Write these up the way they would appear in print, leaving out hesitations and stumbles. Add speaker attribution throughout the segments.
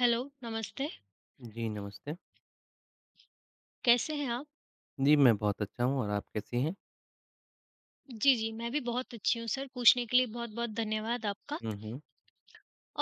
Speaker 1: Hello, नमस्ते,
Speaker 2: जी, नमस्ते।
Speaker 1: कैसे हैं आप?
Speaker 2: जी, मैं बहुत अच्छा हूँ और आप कैसी हैं?
Speaker 1: जी, जी, मैं भी बहुत अच्छी हूँ सर, पूछने के लिए बहुत-बहुत धन्यवाद आपका।
Speaker 2: हुँ, हुँ।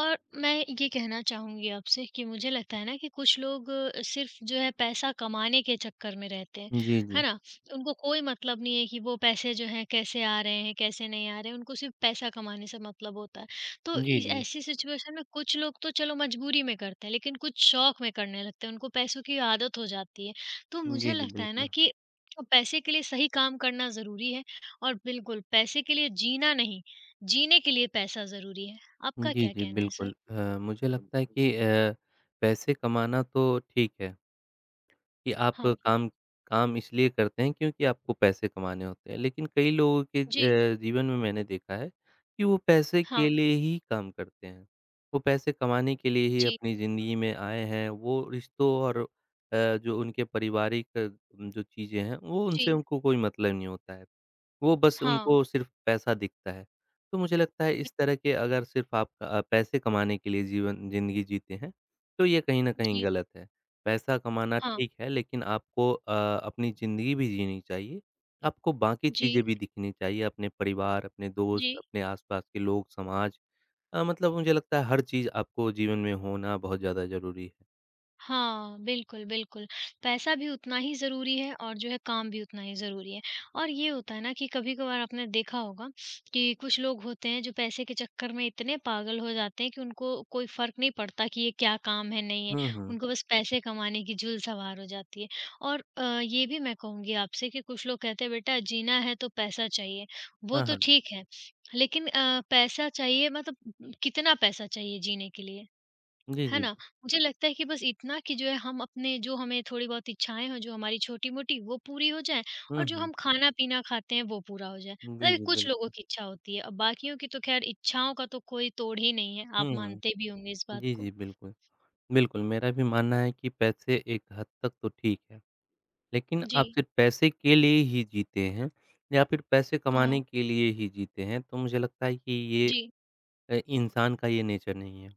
Speaker 1: और मैं ये कहना चाहूँगी आपसे कि मुझे लगता है ना कि कुछ लोग सिर्फ़ जो है पैसा कमाने के चक्कर में रहते हैं,
Speaker 2: जी,
Speaker 1: है
Speaker 2: जी।
Speaker 1: ना? उनको कोई मतलब नहीं है कि वो पैसे जो हैं कैसे आ रहे हैं, कैसे नहीं आ रहे हैं, उनको सिर्फ़ पैसा कमाने से मतलब होता है। तो
Speaker 2: जी,
Speaker 1: इस
Speaker 2: जी।
Speaker 1: ऐसी सिचुएशन में कुछ लोग तो चलो मजबूरी में करते हैं, लेकिन कुछ शौक में करने लगते हैं, उनको पैसों की आदत हो जाती है। तो मुझे
Speaker 2: जी, जी,
Speaker 1: लगता है ना
Speaker 2: बिल्कुल।
Speaker 1: कि पैसे के लिए सही काम करना ज़रूरी है और बिल्कुल पैसे के लिए जीना नहीं, जीने के लिए पैसा ज़रूरी है। आपका
Speaker 2: जी,
Speaker 1: क्या
Speaker 2: जी,
Speaker 1: कहना है सर?
Speaker 2: बिल्कुल। मुझे लगता है कि पैसे कमाना तो ठीक है। कि आप
Speaker 1: हाँ,
Speaker 2: काम काम इसलिए करते हैं क्योंकि आपको पैसे कमाने होते हैं। लेकिन कई लोगों के
Speaker 1: जी,
Speaker 2: जीवन में मैंने देखा है कि वो पैसे के
Speaker 1: हाँ,
Speaker 2: लिए ही काम करते हैं। वो पैसे कमाने के लिए ही
Speaker 1: जी,
Speaker 2: अपनी ज़िंदगी में आए हैं। वो रिश्तों और जो उनके पारिवारिक जो चीज़ें हैं वो उनसे
Speaker 1: जी,
Speaker 2: उनको कोई मतलब नहीं होता है। वो बस उनको
Speaker 1: हाँ,
Speaker 2: सिर्फ़ पैसा दिखता है। तो मुझे लगता है इस
Speaker 1: बिल्कुल,
Speaker 2: तरह के अगर सिर्फ़ आप पैसे कमाने के लिए जीवन ज़िंदगी जीते हैं, तो ये कहीं न कहीं
Speaker 1: जी,
Speaker 2: गलत है। पैसा कमाना
Speaker 1: हाँ,
Speaker 2: ठीक है लेकिन आपको अपनी ज़िंदगी भी जीनी चाहिए। आपको बाकी
Speaker 1: जी,
Speaker 2: चीज़ें भी दिखनी चाहिए, अपने परिवार, अपने दोस्त,
Speaker 1: जी।
Speaker 2: अपने आस-पास के लोग, समाज। मतलब मुझे लगता है हर चीज़ आपको जीवन में होना बहुत ज़्यादा ज़रूरी है।
Speaker 1: हाँ, बिल्कुल, बिल्कुल। पैसा भी उतना ही ज़रूरी है और जो है काम भी उतना ही ज़रूरी है। और ये होता है ना कि कभी-कभार आपने देखा होगा कि कुछ लोग होते हैं जो पैसे के चक्कर में इतने पागल हो जाते हैं कि उनको कोई फ़र्क नहीं पड़ता कि ये क्या काम है, नहीं है।
Speaker 2: हुँ, हुँ।
Speaker 1: उनको बस पैसे कमाने की जुल्म सवार हो जाती है। और ये भी मैं कहूँगी आपसे कि कुछ लोग कहते हैं बेटा जीना है तो पैसा चाहिए। वो
Speaker 2: हाँ,
Speaker 1: तो
Speaker 2: हाँ।
Speaker 1: ठीक है, लेकिन पैसा चाहिए मतलब कितना पैसा चाहिए जीने के लिए?
Speaker 2: जी,
Speaker 1: है
Speaker 2: जी।
Speaker 1: ना? मुझे लगता है कि बस इतना कि जो है हम अपने जो हमें थोड़ी बहुत इच्छाएँ हों, जो हमारी छोटी-मोटी वो पूरी हो जाएँ
Speaker 2: हुँ,
Speaker 1: और जो
Speaker 2: हुँ।
Speaker 1: हम खाना-पीना खाते हैं वो पूरा हो जाए।
Speaker 2: जी,
Speaker 1: मतलब
Speaker 2: जी,
Speaker 1: कुछ लोगों
Speaker 2: बिल्कुल।
Speaker 1: की इच्छा होती है, अब बाकियों की तो ख़ैर इच्छाओं का तो कोई तोड़ ही नहीं है, आप
Speaker 2: हुँ,
Speaker 1: मानते
Speaker 2: हुँ।
Speaker 1: भी होंगे इस बात
Speaker 2: जी,
Speaker 1: को।
Speaker 2: जी, बिल्कुल। बिल्कुल, मेरा भी मानना है कि पैसे एक हद तक तो ठीक है, लेकिन
Speaker 1: जी,
Speaker 2: आप सिर्फ़ पैसे के लिए ही जीते हैं या फिर पैसे
Speaker 1: हाँ,
Speaker 2: कमाने के लिए ही जीते हैं, तो मुझे लगता है कि ये
Speaker 1: जी,
Speaker 2: इंसान का ये नेचर नहीं है।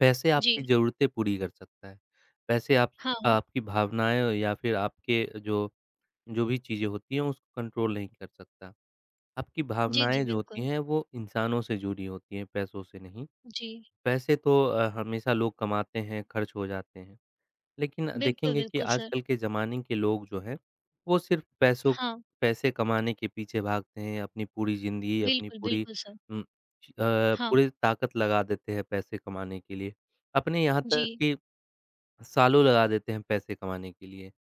Speaker 2: पैसे आपकी
Speaker 1: जी,
Speaker 2: ज़रूरतें पूरी कर सकता है, पैसे आप
Speaker 1: हाँ, हाँ।
Speaker 2: आपकी भावनाएँ या फिर आपके जो जो भी चीज़ें होती हैं उसको कंट्रोल नहीं कर सकता। आपकी
Speaker 1: जी, जी,
Speaker 2: भावनाएँ जो होती
Speaker 1: बिल्कुल।
Speaker 2: हैं वो इंसानों से जुड़ी होती हैं, पैसों से नहीं।
Speaker 1: जी,
Speaker 2: पैसे तो हमेशा लोग कमाते हैं, खर्च हो जाते हैं। लेकिन
Speaker 1: बिल्कुल,
Speaker 2: देखेंगे कि
Speaker 1: बिल्कुल सर।
Speaker 2: आजकल के ज़माने के लोग जो हैं, वो सिर्फ़ पैसों
Speaker 1: हाँ,
Speaker 2: पैसे कमाने के पीछे भागते हैं, अपनी पूरी ज़िंदगी, अपनी
Speaker 1: बिल्कुल,
Speaker 2: पूरी
Speaker 1: बिल्कुल सर।
Speaker 2: उम,
Speaker 1: हाँ,
Speaker 2: पूरी ताकत लगा देते हैं पैसे कमाने के लिए। अपने यहाँ तक
Speaker 1: जी,
Speaker 2: कि सालों लगा देते हैं पैसे कमाने के लिए।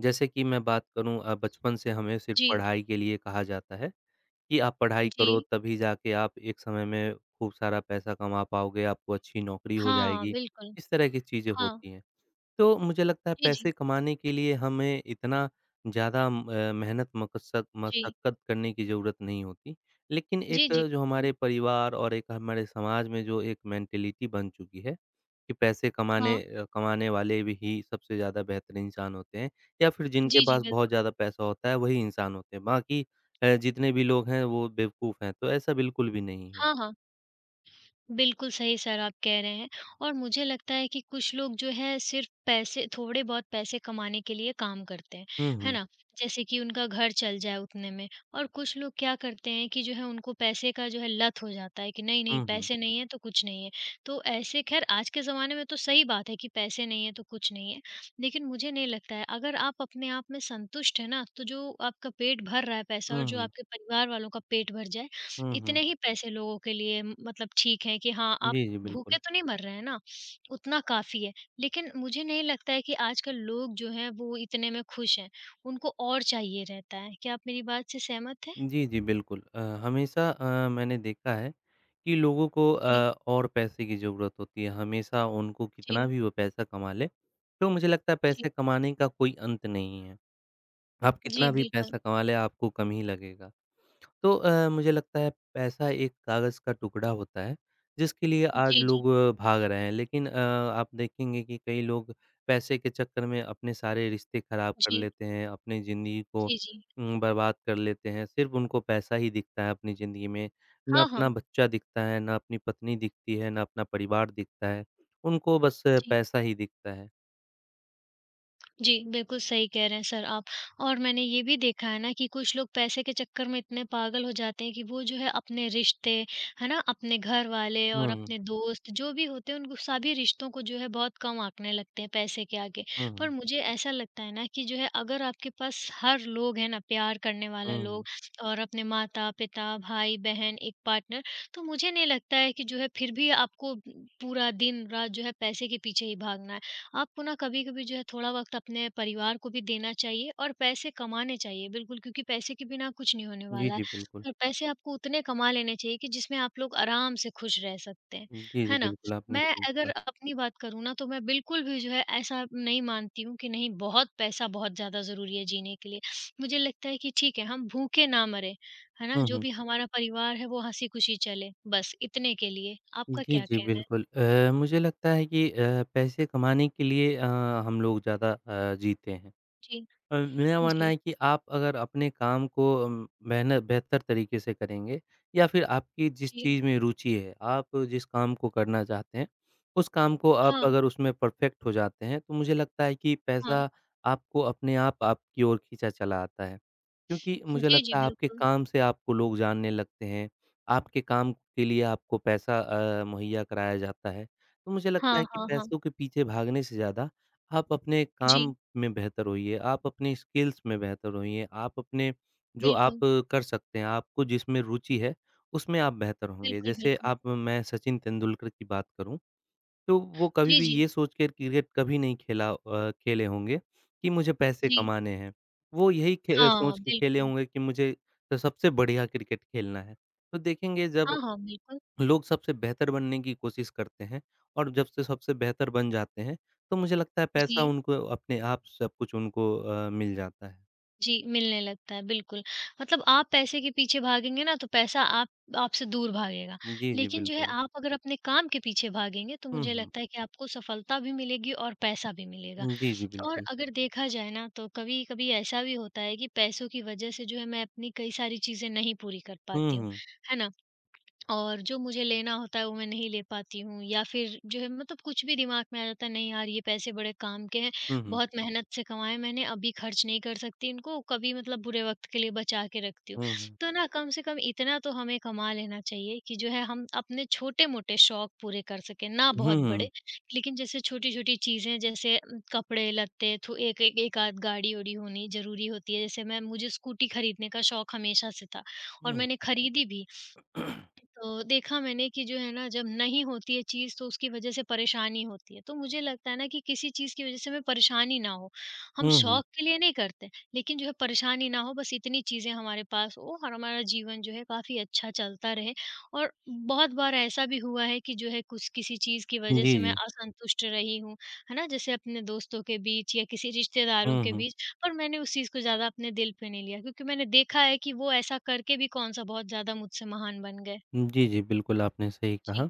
Speaker 2: जैसे कि मैं बात करूँ, बचपन से हमें सिर्फ़
Speaker 1: जी,
Speaker 2: पढ़ाई के लिए कहा जाता है कि आप पढ़ाई
Speaker 1: जी,
Speaker 2: करो तभी जाके आप एक समय में खूब सारा पैसा कमा पाओगे, आपको अच्छी नौकरी हो
Speaker 1: हाँ,
Speaker 2: जाएगी।
Speaker 1: बिल्कुल।
Speaker 2: इस तरह की चीज़ें
Speaker 1: हाँ,
Speaker 2: होती हैं। तो मुझे लगता है
Speaker 1: जी, जी,
Speaker 2: पैसे कमाने के लिए हमें इतना ज़्यादा मेहनत मकसद
Speaker 1: जी,
Speaker 2: मशक्कत करने की ज़रूरत नहीं होती। लेकिन
Speaker 1: जी,
Speaker 2: एक
Speaker 1: जी,
Speaker 2: जो
Speaker 1: बिल्कुल।
Speaker 2: हमारे परिवार और एक हमारे समाज में जो एक मेंटालिटी बन चुकी है, कि पैसे
Speaker 1: हाँ।
Speaker 2: कमाने वाले भी ही सबसे ज़्यादा बेहतर इंसान होते हैं या फिर जिनके
Speaker 1: जी, जी,
Speaker 2: पास बहुत
Speaker 1: बिल्कुल।
Speaker 2: ज़्यादा पैसा होता है वही इंसान होते हैं। बाकी जितने भी लोग हैं वो बेवकूफ़ हैं, तो ऐसा बिल्कुल भी नहीं है।
Speaker 1: हाँ, हाँ। बिल्कुल सही सर आप कह रहे हैं और मुझे लगता है कि कुछ लोग जो है सिर्फ़ पैसे थोड़े बहुत पैसे कमाने के लिए काम करते हैं,
Speaker 2: हुँ,
Speaker 1: है
Speaker 2: हुँ।
Speaker 1: ना? जैसे कि उनका घर चल जाए उतने में और कुछ लोग क्या करते हैं कि जो है उनको पैसे का जो है लत हो जाता है कि
Speaker 2: हुँ,
Speaker 1: नहीं-नहीं
Speaker 2: हुँ।
Speaker 1: पैसे नहीं है तो कुछ नहीं है। तो ऐसे ख़ैर आज के ज़माने में तो सही बात है कि पैसे नहीं है तो कुछ नहीं है। लेकिन मुझे नहीं लगता है अगर आप अपने आप में संतुष्ट हैं ना, तो जो आपका पेट भर रहा है पैसा
Speaker 2: हुँ,
Speaker 1: और जो
Speaker 2: हुँ।
Speaker 1: आपके परिवार वालों का पेट भर जाए
Speaker 2: हुँ,
Speaker 1: इतने
Speaker 2: हुँ।
Speaker 1: ही पैसे लोगों के लिए मतलब ठीक है कि हाँ, आप
Speaker 2: जी, जी, बिल्कुल।
Speaker 1: भूखे तो नहीं मर रहे हैं ना, उतना काफ़ी है। लेकिन मुझे नहीं लगता है कि आजकल लोग जो हैं वो इतने में खुश हैं, उनको और चाहिए रहता है। क्या आप मेरी बात से सहमत हैं?
Speaker 2: जी, जी, बिल्कुल। हमेशा मैंने देखा है कि लोगों को
Speaker 1: जी,
Speaker 2: और पैसे की ज़रूरत होती है, हमेशा उनको कितना
Speaker 1: जी,
Speaker 2: भी वो पैसा कमा लें, तो मुझे लगता है
Speaker 1: जी।
Speaker 2: पैसे कमाने का कोई अंत नहीं है। आप
Speaker 1: जी,
Speaker 2: कितना भी
Speaker 1: बिल्कुल।
Speaker 2: पैसा कमा लें, आपको कम ही लगेगा। तो मुझे लगता है पैसा एक कागज़ का टुकड़ा होता है, जिसके लिए आज
Speaker 1: जी, जी,
Speaker 2: लोग भाग रहे हैं। लेकिन आप देखेंगे कि कई लोग पैसे के चक्कर में अपने सारे रिश्ते ख़राब कर
Speaker 1: जी,
Speaker 2: लेते हैं, अपनी ज़िंदगी को
Speaker 1: जी, जी।
Speaker 2: बर्बाद कर लेते हैं। सिर्फ़ उनको पैसा ही दिखता है अपनी ज़िंदगी में, ना
Speaker 1: हाँ,
Speaker 2: अपना
Speaker 1: हाँ।
Speaker 2: बच्चा दिखता है, ना अपनी पत्नी दिखती है, ना अपना परिवार दिखता है। उनको बस
Speaker 1: जी।
Speaker 2: पैसा ही दिखता है।
Speaker 1: जी, बिल्कुल सही कह रहे हैं सर आप। और मैंने ये भी देखा है ना कि कुछ लोग पैसे के चक्कर में इतने पागल हो जाते हैं कि वो जो है अपने रिश्ते, है ना? अपने घरवाले
Speaker 2: हुँ,
Speaker 1: और
Speaker 2: हुँ।
Speaker 1: अपने दोस्त जो भी होते हैं उनको सभी रिश्तों को जो है बहुत कम आँकने लगते हैं पैसे के आगे।
Speaker 2: हुँ,
Speaker 1: पर
Speaker 2: हुँ।
Speaker 1: मुझे ऐसा लगता है ना कि जो है अगर आपके पास हर लोग हैं ना प्यार करने वाला
Speaker 2: हुँ, हुँ।
Speaker 1: लोग और अपने माता-पिता, भाई-बहन, एक पार्टनर तो मुझे नहीं लगता है कि जो है फिर भी आपको पूरा दिन-रात जो है पैसे के पीछे ही भागना है। आपको ना कभी-कभी जो है थोड़ा वक़्त अपने परिवार को भी देना चाहिए और पैसे कमाने चाहिए बिल्कुल क्योंकि पैसे के बिना कुछ नहीं होने
Speaker 2: जी,
Speaker 1: वाला है।
Speaker 2: जी, बिल्कुल।
Speaker 1: और पैसे आपको उतने कमा लेने चाहिए कि जिसमें आप लोग आराम से खुश रह सकते हैं,
Speaker 2: जी, जी,
Speaker 1: है ना?
Speaker 2: बिल्कुल, आपने
Speaker 1: मैं
Speaker 2: सही
Speaker 1: अगर
Speaker 2: कहा।
Speaker 1: अपनी बात करूँ ना तो मैं बिल्कुल भी जो है ऐसा नहीं मानती हूँ कि नहीं बहुत पैसा बहुत ज़्यादा ज़रूरी है जीने के लिए। मुझे लगता है कि ठीक है हम भूखे ना मरें, है ना?
Speaker 2: हुँ,
Speaker 1: जो
Speaker 2: हुँ।
Speaker 1: भी हमारा परिवार है वो हँसी-खुशी चले बस इतने के लिए। आपका
Speaker 2: जी,
Speaker 1: क्या
Speaker 2: जी,
Speaker 1: कहना है?
Speaker 2: बिल्कुल। मुझे लगता है कि पैसे कमाने के लिए हम लोग ज़्यादा जीते हैं।
Speaker 1: जी,
Speaker 2: मेरा मानना
Speaker 1: जी,
Speaker 2: है कि आप अगर अपने काम को मेहनत बेहतर तरीके से करेंगे या फिर आपकी जिस
Speaker 1: जी।
Speaker 2: चीज़ में रुचि है, आप जिस काम को करना चाहते हैं, उस काम को आप
Speaker 1: हाँ,
Speaker 2: अगर उसमें परफ़ेक्ट हो जाते हैं, तो मुझे लगता है कि
Speaker 1: हाँ।
Speaker 2: पैसा आपको अपने आप आपकी ओर खींचा चला आता है। क्योंकि मुझे
Speaker 1: जी, जी,
Speaker 2: लगता है आपके
Speaker 1: बिल्कुल।
Speaker 2: काम से आपको लोग जानने लगते हैं, आपके काम के लिए आपको पैसा मुहैया कराया जाता है। तो मुझे लगता
Speaker 1: हाँ,
Speaker 2: है कि
Speaker 1: हाँ, हाँ।
Speaker 2: पैसों के पीछे भागने से ज़्यादा आप अपने काम
Speaker 1: जी,
Speaker 2: में बेहतर होइए, आप अपनी स्किल्स में बेहतर होइए, आप अपने जो आप
Speaker 1: बिल्कुल,
Speaker 2: कर सकते हैं, आपको जिसमें रुचि है, उसमें आप बेहतर होंगे।
Speaker 1: बिल्कुल,
Speaker 2: जैसे
Speaker 1: बिल्कुल।
Speaker 2: आप मैं सचिन तेंदुलकर की बात करूँ, तो वो कभी
Speaker 1: जी,
Speaker 2: भी
Speaker 1: जी,
Speaker 2: ये सोच के क्रिकेट कभी नहीं खेला अ, खेले होंगे कि मुझे पैसे
Speaker 1: जी।
Speaker 2: कमाने हैं। वो यही खे
Speaker 1: हाँ,
Speaker 2: सोच के खेले
Speaker 1: बिल्कुल।
Speaker 2: होंगे कि मुझे तो सबसे बढ़िया क्रिकेट खेलना है। तो देखेंगे जब
Speaker 1: हाँ, हाँ, बिल्कुल।
Speaker 2: लोग सबसे बेहतर बनने की कोशिश करते हैं और जब से सबसे बेहतर बन जाते हैं, तो मुझे लगता है पैसा
Speaker 1: जी,
Speaker 2: उनको अपने आप सब कुछ उनको मिल जाता है।
Speaker 1: जी, मिलने लगता है, बिल्कुल। मतलब आप पैसे के पीछे भागेंगे ना, तो पैसा आप आपसे दूर भागेगा।
Speaker 2: जी, जी,
Speaker 1: लेकिन जो है
Speaker 2: बिल्कुल।
Speaker 1: आप अगर अपने काम के पीछे भागेंगे, तो
Speaker 2: हुँ,
Speaker 1: मुझे
Speaker 2: हुँ।
Speaker 1: लगता है कि आपको सफलता भी मिलेगी और पैसा भी मिलेगा।
Speaker 2: जी, जी,
Speaker 1: और
Speaker 2: बिल्कुल।
Speaker 1: अगर देखा जाए ना, तो कभी-कभी ऐसा भी होता है कि पैसों की वजह से जो है मैं अपनी कई सारी चीज़ें नहीं पूरी कर
Speaker 2: हुँ,
Speaker 1: पाती हूँ,
Speaker 2: हुँ।
Speaker 1: है ना? और जो मुझे लेना होता है वो मैं नहीं ले पाती हूँ या फिर जो है मतलब कुछ भी दिमाग में आ जाता है नहीं यार ये पैसे बड़े काम के हैं
Speaker 2: हुँ, हुँ।
Speaker 1: बहुत मेहनत से कमाए हैं मैंने अभी खर्च नहीं कर सकती इनको कभी मतलब बुरे वक्त के लिए बचा के रखती हूँ
Speaker 2: हुँ, हुँ।
Speaker 1: तो ना कम से कम इतना तो हमें कमा लेना चाहिए कि जो है हम अपने छोटे मोटे शौक पूरे कर सकें ना बहुत
Speaker 2: हुँ, हुँ।
Speaker 1: बड़े लेकिन जैसे छोटी छोटी चीज़ें जैसे कपड़े लत्ते तो एक एक, एक आध गाड़ी उड़ी होनी जरूरी होती है जैसे मैं मुझे स्कूटी खरीदने का शौक हमेशा से था और
Speaker 2: हुँ,
Speaker 1: मैंने खरीदी भी तो देखा मैंने कि जो है ना जब नहीं होती है चीज़ तो उसकी वजह से परेशानी होती है। तो मुझे लगता है ना कि किसी चीज़ की वजह से हमें परेशानी ना हो। हम
Speaker 2: हुँ, हुँ।
Speaker 1: शौक के लिए नहीं करते लेकिन जो है परेशानी ना हो बस इतनी चीज़ें हमारे पास हो और हमारा जीवन जो है काफ़ी अच्छा चलता रहे। और बहुत बार ऐसा भी हुआ है कि जो है कुछ किसी चीज़ की
Speaker 2: जी,
Speaker 1: वजह से मैं
Speaker 2: जी।
Speaker 1: असंतुष्ट रही हूँ, है ना? जैसे अपने दोस्तों के बीच या किसी रिश्तेदारों
Speaker 2: हुँ,
Speaker 1: के
Speaker 2: हुँ।
Speaker 1: बीच पर मैंने उस चीज़ को ज़्यादा अपने दिल पे नहीं लिया क्योंकि मैंने देखा है कि वो ऐसा करके भी कौन-सा बहुत ज़्यादा मुझसे महान बन गए।
Speaker 2: जी, जी, बिल्कुल आपने सही
Speaker 1: जी,
Speaker 2: कहा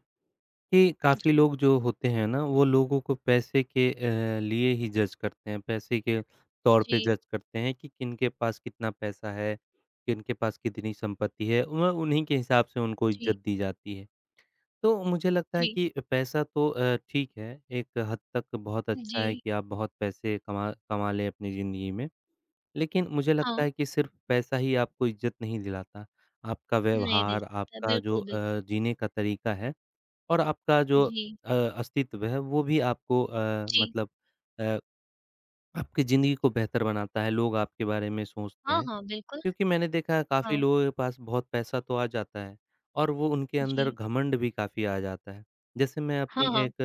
Speaker 2: कि काफ़ी
Speaker 1: जी,
Speaker 2: लोग जो होते हैं ना, वो लोगों को पैसे के लिए ही जज करते हैं, पैसे के तौर पे
Speaker 1: जी,
Speaker 2: जज करते हैं कि किनके पास कितना पैसा है, किनके पास कितनी संपत्ति है, व उन्हीं के हिसाब से उनको इज़्ज़त दी जाती है। तो मुझे लगता है
Speaker 1: जी,
Speaker 2: कि पैसा तो ठीक है, एक हद तक बहुत
Speaker 1: जी,
Speaker 2: अच्छा है
Speaker 1: जी,
Speaker 2: कि आप बहुत पैसे कमा कमा लें अपनी ज़िंदगी में, लेकिन मुझे लगता
Speaker 1: हाँ,
Speaker 2: है कि सिर्फ़ पैसा ही आपको इज़्ज़त नहीं दिलाता। आपका
Speaker 1: नहीं दे
Speaker 2: व्यवहार,
Speaker 1: सकता,
Speaker 2: आपका जो
Speaker 1: बिल्कुल, बिल्कुल।
Speaker 2: जीने का तरीका है, और आपका जो
Speaker 1: जी,
Speaker 2: अस्तित्व है वो भी आपको
Speaker 1: जी,
Speaker 2: मतलब अ, आपकी ज़िंदगी को बेहतर बनाता है, लोग आपके बारे में सोचते
Speaker 1: हाँ,
Speaker 2: हैं।
Speaker 1: हाँ, बिल्कुल,
Speaker 2: क्योंकि मैंने देखा है काफ़ी
Speaker 1: हाँ,
Speaker 2: लोगों के पास बहुत पैसा तो आ जाता है और वो उनके अंदर
Speaker 1: जी,
Speaker 2: घमंड भी काफ़ी आ जाता है। जैसे मैं
Speaker 1: हाँ,
Speaker 2: अपनी
Speaker 1: हाँ,
Speaker 2: एक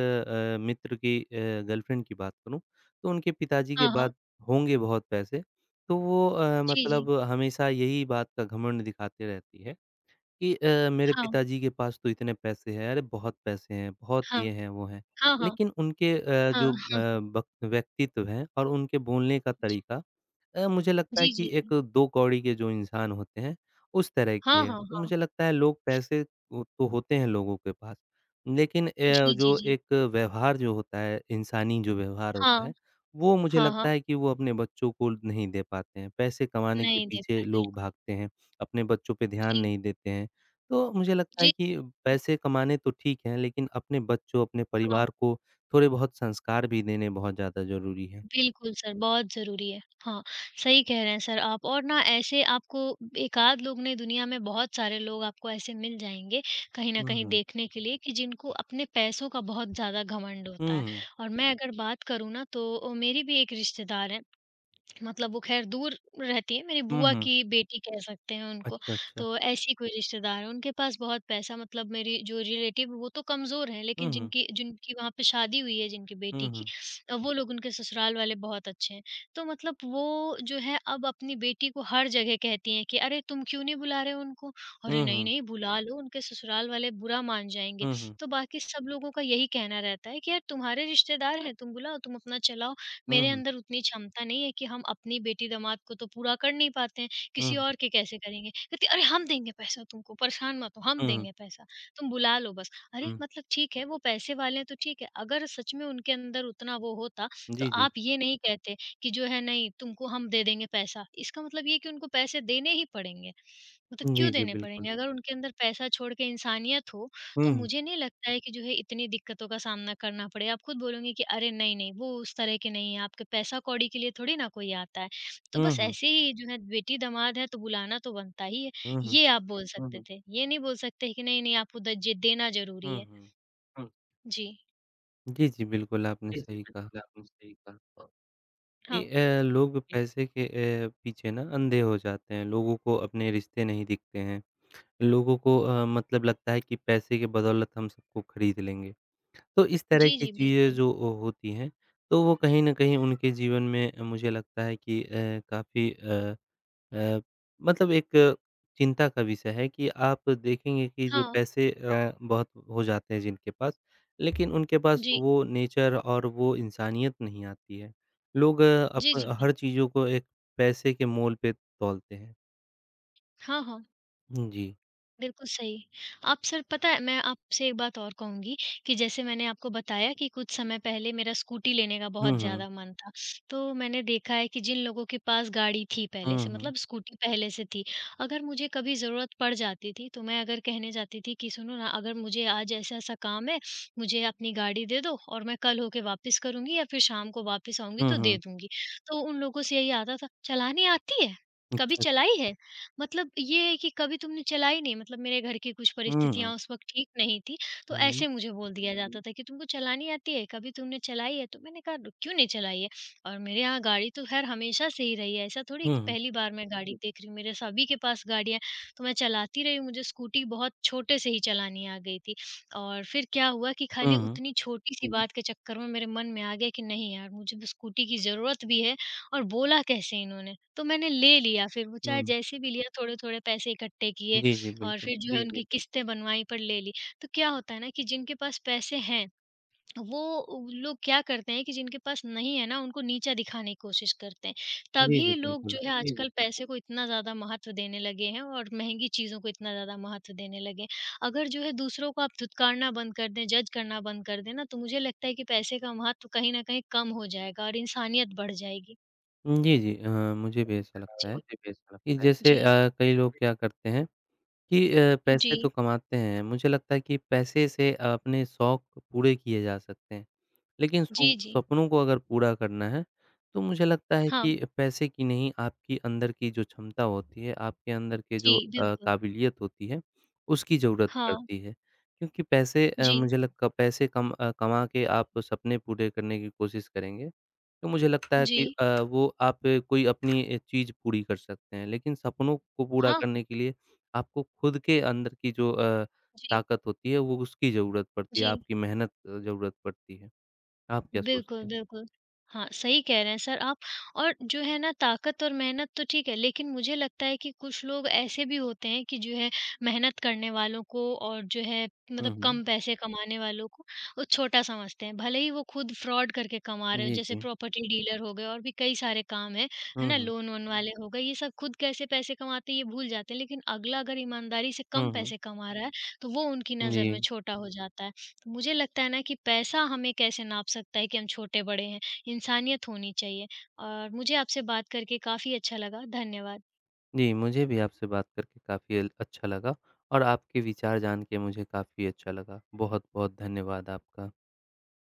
Speaker 2: मित्र की गर्लफ्रेंड की बात करूँ, तो उनके पिताजी के
Speaker 1: हाँ, हाँ,
Speaker 2: बाद होंगे बहुत पैसे, तो वो
Speaker 1: जी, जी,
Speaker 2: मतलब हमेशा यही बात का घमंड दिखाती रहती है। कि मेरे
Speaker 1: हाँ,
Speaker 2: पिताजी के पास तो इतने पैसे हैं, अरे बहुत पैसे हैं, बहुत
Speaker 1: हाँ,
Speaker 2: ये हैं, वो हैं।
Speaker 1: हाँ, हाँ,
Speaker 2: लेकिन उनके
Speaker 1: हाँ,
Speaker 2: जो
Speaker 1: हाँ,
Speaker 2: अ, वक व्यक्तित्व हैं और उनके बोलने का
Speaker 1: जी,
Speaker 2: तरीका मुझे लगता है
Speaker 1: जी,
Speaker 2: कि
Speaker 1: जी, जी,
Speaker 2: एक 2 कौड़ी के जो इंसान होते हैं, उस तरह की
Speaker 1: हाँ,
Speaker 2: है।
Speaker 1: हाँ,
Speaker 2: तो
Speaker 1: हाँ,
Speaker 2: मुझे लगता है लोग पैसे वो तो होते हैं लोगों के पास, लेकिन
Speaker 1: जी, जी,
Speaker 2: जो
Speaker 1: जी,
Speaker 2: एक व्यवहार जो होता है, इंसानी जो व्यवहार होता है,
Speaker 1: हाँ,
Speaker 2: वो मुझे
Speaker 1: हाँ,
Speaker 2: लगता
Speaker 1: हाँ,
Speaker 2: है कि वो अपने बच्चों को नहीं दे पाते हैं। पैसे कमाने के
Speaker 1: नहीं दे
Speaker 2: पीछे
Speaker 1: पाए,
Speaker 2: लोग
Speaker 1: बिल्कुल,
Speaker 2: भागते हैं, अपने बच्चों पे ध्यान
Speaker 1: जी,
Speaker 2: नहीं देते हैं। तो मुझे लगता है
Speaker 1: जी,
Speaker 2: कि पैसे कमाने तो ठीक हैं, लेकिन अपने बच्चों, अपने
Speaker 1: हाँ।
Speaker 2: परिवार को थोड़े बहुत संस्कार भी देने बहुत ज़्यादा ज़रूरी हैं।
Speaker 1: बिल्कुल सर, बहुत ज़रूरी है। हाँ, सही कह रहे हैं सर आप और ना ऐसे आपको एक-आध लोग नहीं दुनिया में बहुत सारे लोग आपको ऐसे मिल जाएँगे, कहीं न
Speaker 2: हुँ,
Speaker 1: कहीं
Speaker 2: हुँ।
Speaker 1: देखने के लिए कि जिनको अपने पैसों का बहुत ज़्यादा घमंड होता
Speaker 2: हुँ,
Speaker 1: है।
Speaker 2: हुँ।
Speaker 1: और मैं अगर बात करूँ ना तो मेरी भी एक रिश्तेदार हैं मतलब वो ख़ैर दूर रहती हैं, मेरी
Speaker 2: हुँ,
Speaker 1: बुआ
Speaker 2: हुँ।
Speaker 1: की बेटी कह सकते हैं उनको।
Speaker 2: अच्छा, अच्छा।
Speaker 1: तो ऐसी कोई रिश्तेदार है, उनके पास बहुत पैसा मतलब मेरी जो रिलेटिव वो तो कमज़ोर हैं,
Speaker 2: हुँ,
Speaker 1: लेकिन
Speaker 2: हुँ।
Speaker 1: जिनकी जिनकी वहाँ पे शादी हुई है जिनकी
Speaker 2: हुँ,
Speaker 1: बेटी की
Speaker 2: हुँ।
Speaker 1: वो लोग उनके ससुराल वाले बहुत अच्छे हैं। तो मतलब वो जो है अब अपनी बेटी को हर जगह कहती हैं कि, "अरे! तुम क्यों नहीं बुला रहे हो उनको?" "अरे!
Speaker 2: हुँ, हुँ।
Speaker 1: नहीं-नहीं बुला लो, उनके ससुराल वाले बुरा मान जाएँगे।"
Speaker 2: हुँ, हुँ।
Speaker 1: तो बाकी सब लोगों का यही कहना रहता है कि, "यार तुम्हारे रिश्तेदार हैं, तुम बुलाओ, तुम अपना चलाओ।"
Speaker 2: हुँ,
Speaker 1: मेरे
Speaker 2: हुँ।
Speaker 1: अंदर उतनी क्षमता नहीं है कि हम अपनी बेटी-दामाद को तो पूरा कर नहीं पाते हैं, किसी और के कैसे करेंगे? कहती है, "अरे! हम देंगे पैसा तुमको, परेशान मत हो, हम
Speaker 2: हुँ, हुँ।
Speaker 1: देंगे पैसा, तुम बुला लो बस।" अरे!
Speaker 2: हुँ, हुँ।
Speaker 1: मतलब ठीक है, वो पैसे वाले हैं तो ठीक है, अगर सच में उनके अंदर उतना वो होता, तो
Speaker 2: जी, जी।
Speaker 1: आप ये नहीं कहते कि जो है नहीं तुमको हम दे देंगे पैसा, इसका मतलब ये है कि उनको पैसे देने ही पड़ेंगे। मतलब
Speaker 2: जी,
Speaker 1: क्यों
Speaker 2: जी,
Speaker 1: देने
Speaker 2: बिल्कुल।
Speaker 1: पड़ेंगे? अगर उनके अंदर पैसा छोड़ के इंसानियत हो तो
Speaker 2: हुँ, हुँ।
Speaker 1: मुझे नहीं लगता है कि जो है इतनी दिक्कतों का सामना करना पड़े। आप खुद बोलोगे कि अरे नहीं, नहीं वो उस तरह के नहीं है, आपके पैसा कौड़ी के लिए थोड़ी ना कोई आता है। तो
Speaker 2: हुँ,
Speaker 1: बस
Speaker 2: हुँ।
Speaker 1: ऐसे ही जो है बेटी-दामाद है तो बुलाना तो बनता ही है,
Speaker 2: हुँ, हुँ।
Speaker 1: ये आप बोल सकते हुँ। थे। ये नहीं बोल सकते कि नहीं, नहीं आपको द जे देना ज़रूरी
Speaker 2: हुँ,
Speaker 1: है।
Speaker 2: हुँ।
Speaker 1: जी,
Speaker 2: जी, जी, बिल्कुल आपने सही कहा कि
Speaker 1: हाँ।
Speaker 2: लोग पैसे के पीछे ना अंधे हो जाते हैं। लोगों को अपने रिश्ते नहीं दिखते हैं। लोगों को मतलब लगता है कि पैसे की बदौलत हम सबको खरीद लेंगे। तो इस तरह
Speaker 1: जी,
Speaker 2: की
Speaker 1: जी,
Speaker 2: चीज़ें
Speaker 1: बिल्कुल।
Speaker 2: जो ओ होती हैं, तो वो कहीं न कहीं उनके जीवन में मुझे लगता है कि अ, मतलब एक चिंता का विषय है कि आप देखेंगे कि जो
Speaker 1: हाँ,
Speaker 2: पैसे बहुत हो जाते हैं जिनके पास, लेकिन उनके पास
Speaker 1: जी।
Speaker 2: वो नेचर और वो इंसानियत नहीं आती है। लोग अ,
Speaker 1: जी,
Speaker 2: अप
Speaker 1: जी, बिल
Speaker 2: हर चीज़ों को एक पैसे के मोल पे तौलते हैं।
Speaker 1: हाँ, हाँ।
Speaker 2: हुँ, जी।
Speaker 1: बिल्कुल सही। आप सर पता है मैं आपसे एक बात और कहूँगी कि जैसे मैंने आपको बताया कि कुछ समय पहले मेरा स्कूटी लेने का बहुत
Speaker 2: हुँ, हुँ।
Speaker 1: ज़्यादा मन था। तो मैंने देखा है कि जिन लोगों के पास गाड़ी थी पहले
Speaker 2: हुँ,
Speaker 1: से
Speaker 2: हुँ।
Speaker 1: मतलब स्कूटी पहले से थी, अगर मुझे कभी ज़रूरत पड़ जाती थी तो मैं अगर कहने जाती थी कि सुनो ना अगर मुझे आज ऐसा-ऐसा काम है, मुझे अपनी गाड़ी दे दो और मैं कल होके वापस करूँगी या फिर शाम को वापस आऊँगी
Speaker 2: हुँ,
Speaker 1: तो दे
Speaker 2: हुँ।
Speaker 1: दूँगी। तो उन लोगों से यही आता था, चलानी आती है? कभी
Speaker 2: अच्छा।
Speaker 1: चलाई है? मतलब ये है कि कभी तुमने चलाई नहीं मतलब मेरे घर की कुछ
Speaker 2: हुँ, हुँ।
Speaker 1: परिस्थितियाँ उस वक़्त ठीक नहीं थी, तो
Speaker 2: हुँ, हुँ।
Speaker 1: ऐसे मुझे बोल दिया जाता था कि तुमको चलानी आती है? कभी तुमने चलाई है? तो मैंने कहा क्यों नहीं चलाई है? और मेरे यहाँ गाड़ी तो ख़ैर हमेशा से ही रही है, ऐसा थोड़ी है कि पहली बार मैं गाड़ी देख रही हूँ, मेरे सभी के पास गाड़ियाँ हैं, तो मैं चलाती रही हूँ, मुझे स्कूटी बहुत छोटे से ही चलानी आ गई थी। और फिर क्या हुआ कि
Speaker 2: हुँ,
Speaker 1: खाली
Speaker 2: हुँ।
Speaker 1: उतनी छोटी-सी बात के चक्कर में मेरे मन में आ गया कि नहीं यार, मुझे तो स्कूटी की ज़रूरत भी है और बोला कैसे इन्होंने? तो मैंने ले लिया फिर वो चाहे
Speaker 2: हुँ।
Speaker 1: जैसे भी लिया थोड़े-थोड़े पैसे इकट्ठे किए
Speaker 2: जी, जी,
Speaker 1: और
Speaker 2: बिल्कुल।
Speaker 1: फिर जो है उनकी उनकी किस्तें बनवाई पर ले ली। तो क्या होता है ना कि जिनके पास पैसे हैं, वो उ लोग क्या करते हैं कि जिनके पास नहीं है ना उनको नीचा दिखाने की कोशिश करते हैं।
Speaker 2: जी, जी,
Speaker 1: तभी लोग जो
Speaker 2: बिल्कुल।
Speaker 1: है आजकल पैसे को इतना ज़्यादा महत्व देने लगे हैं और महँगी चीज़ों को इतना ज़्यादा महत्व देने लगे हैं। अगर जो है दूसरों को आप धुतकारना बंद कर दें, जज करना बंद कर दें ना तो मुझे लगता है कि पैसे का महत्व कहीं न कहीं कम हो जाएगा और इंसानियत बढ़ जाएगी।
Speaker 2: जी, जी, मुझे भी ऐसा लगता है
Speaker 1: जी।
Speaker 2: कि जैसे
Speaker 1: जी,
Speaker 2: कई लोग क्या करते हैं कि पैसे तो
Speaker 1: जी,
Speaker 2: कमाते हैं, मुझे लगता है कि पैसे से अपने शौक पूरे किए जा सकते हैं। लेकिन
Speaker 1: जी,
Speaker 2: सु
Speaker 1: जी।
Speaker 2: सपनों को अगर पूरा करना है, तो मुझे लगता है
Speaker 1: हाँ,
Speaker 2: कि पैसे की नहीं आपकी अंदर की जो क्षमता होती है, आपके अंदर के
Speaker 1: जी,
Speaker 2: जो
Speaker 1: बिल्कुल।
Speaker 2: काबिलियत होती है, उसकी ज़रूरत
Speaker 1: हाँ,
Speaker 2: पड़ती है। क्योंकि
Speaker 1: जी,
Speaker 2: मुझे लगता कमा के आप सपने पूरे करने की कोशिश करेंगे, तो मुझे लगता है
Speaker 1: जी।
Speaker 2: कि वो आप कोई अपनी चीज़ पूरी कर सकते हैं। लेकिन सपनों को पूरा
Speaker 1: हाँ,
Speaker 2: करने
Speaker 1: हाँ।
Speaker 2: के लिए आपको खुद के अंदर की जो
Speaker 1: जी,
Speaker 2: ताकत होती है वो उसकी ज़रूरत पड़ती है,
Speaker 1: जी।
Speaker 2: आपकी मेहनत ज़रूरत पड़ती है। आप क्या
Speaker 1: बिल्कुल,
Speaker 2: सोचते हैं?
Speaker 1: बिल्कुल। हाँ, सही कह रहे हैं सर आप और जो है ना ताकत और मेहनत तो ठीक है, लेकिन मुझे लगता है कि कुछ लोग ऐसे भी होते हैं कि जो है मेहनत करने वालों को और जो है
Speaker 2: हुँ,
Speaker 1: मतलब
Speaker 2: हुँ।
Speaker 1: कम पैसे कमाने वालों को वो छोटा समझते हैं। भले ही वो खुद फ्रॉड करके कमा रहे हों,
Speaker 2: जी,
Speaker 1: जैसे
Speaker 2: जी।
Speaker 1: प्रॉपर्टी डीलर हो गए और भी कई सारे काम हैं, है
Speaker 2: हुँ,
Speaker 1: ना?
Speaker 2: हुँ।
Speaker 1: लोन-वोन वाले हो गए, ये सब खुद कैसे पैसे कमाते हैं ये भूल जाते हैं, लेकिन अगला अगर ईमानदारी से कम
Speaker 2: हुँ, हुँ।
Speaker 1: पैसे कमा रहा है, तो वो उनकी नज़र में
Speaker 2: जी।
Speaker 1: छोटा हो जाता है। तो मुझे लगता है ना कि पैसा हमें कैसे नाप सकता है कि हम छोटे-बड़े हैं, इंसानियत होनी चाहिए और मुझे आपसे बात करके काफ़ी अच्छा लगा। धन्यवाद।
Speaker 2: जी, मुझे भी आपसे बात करके काफ़ी अल अच्छा लगा और आपके विचार जान के मुझे काफ़ी अच्छा लगा। बहुत-बहुत धन्यवाद आपका।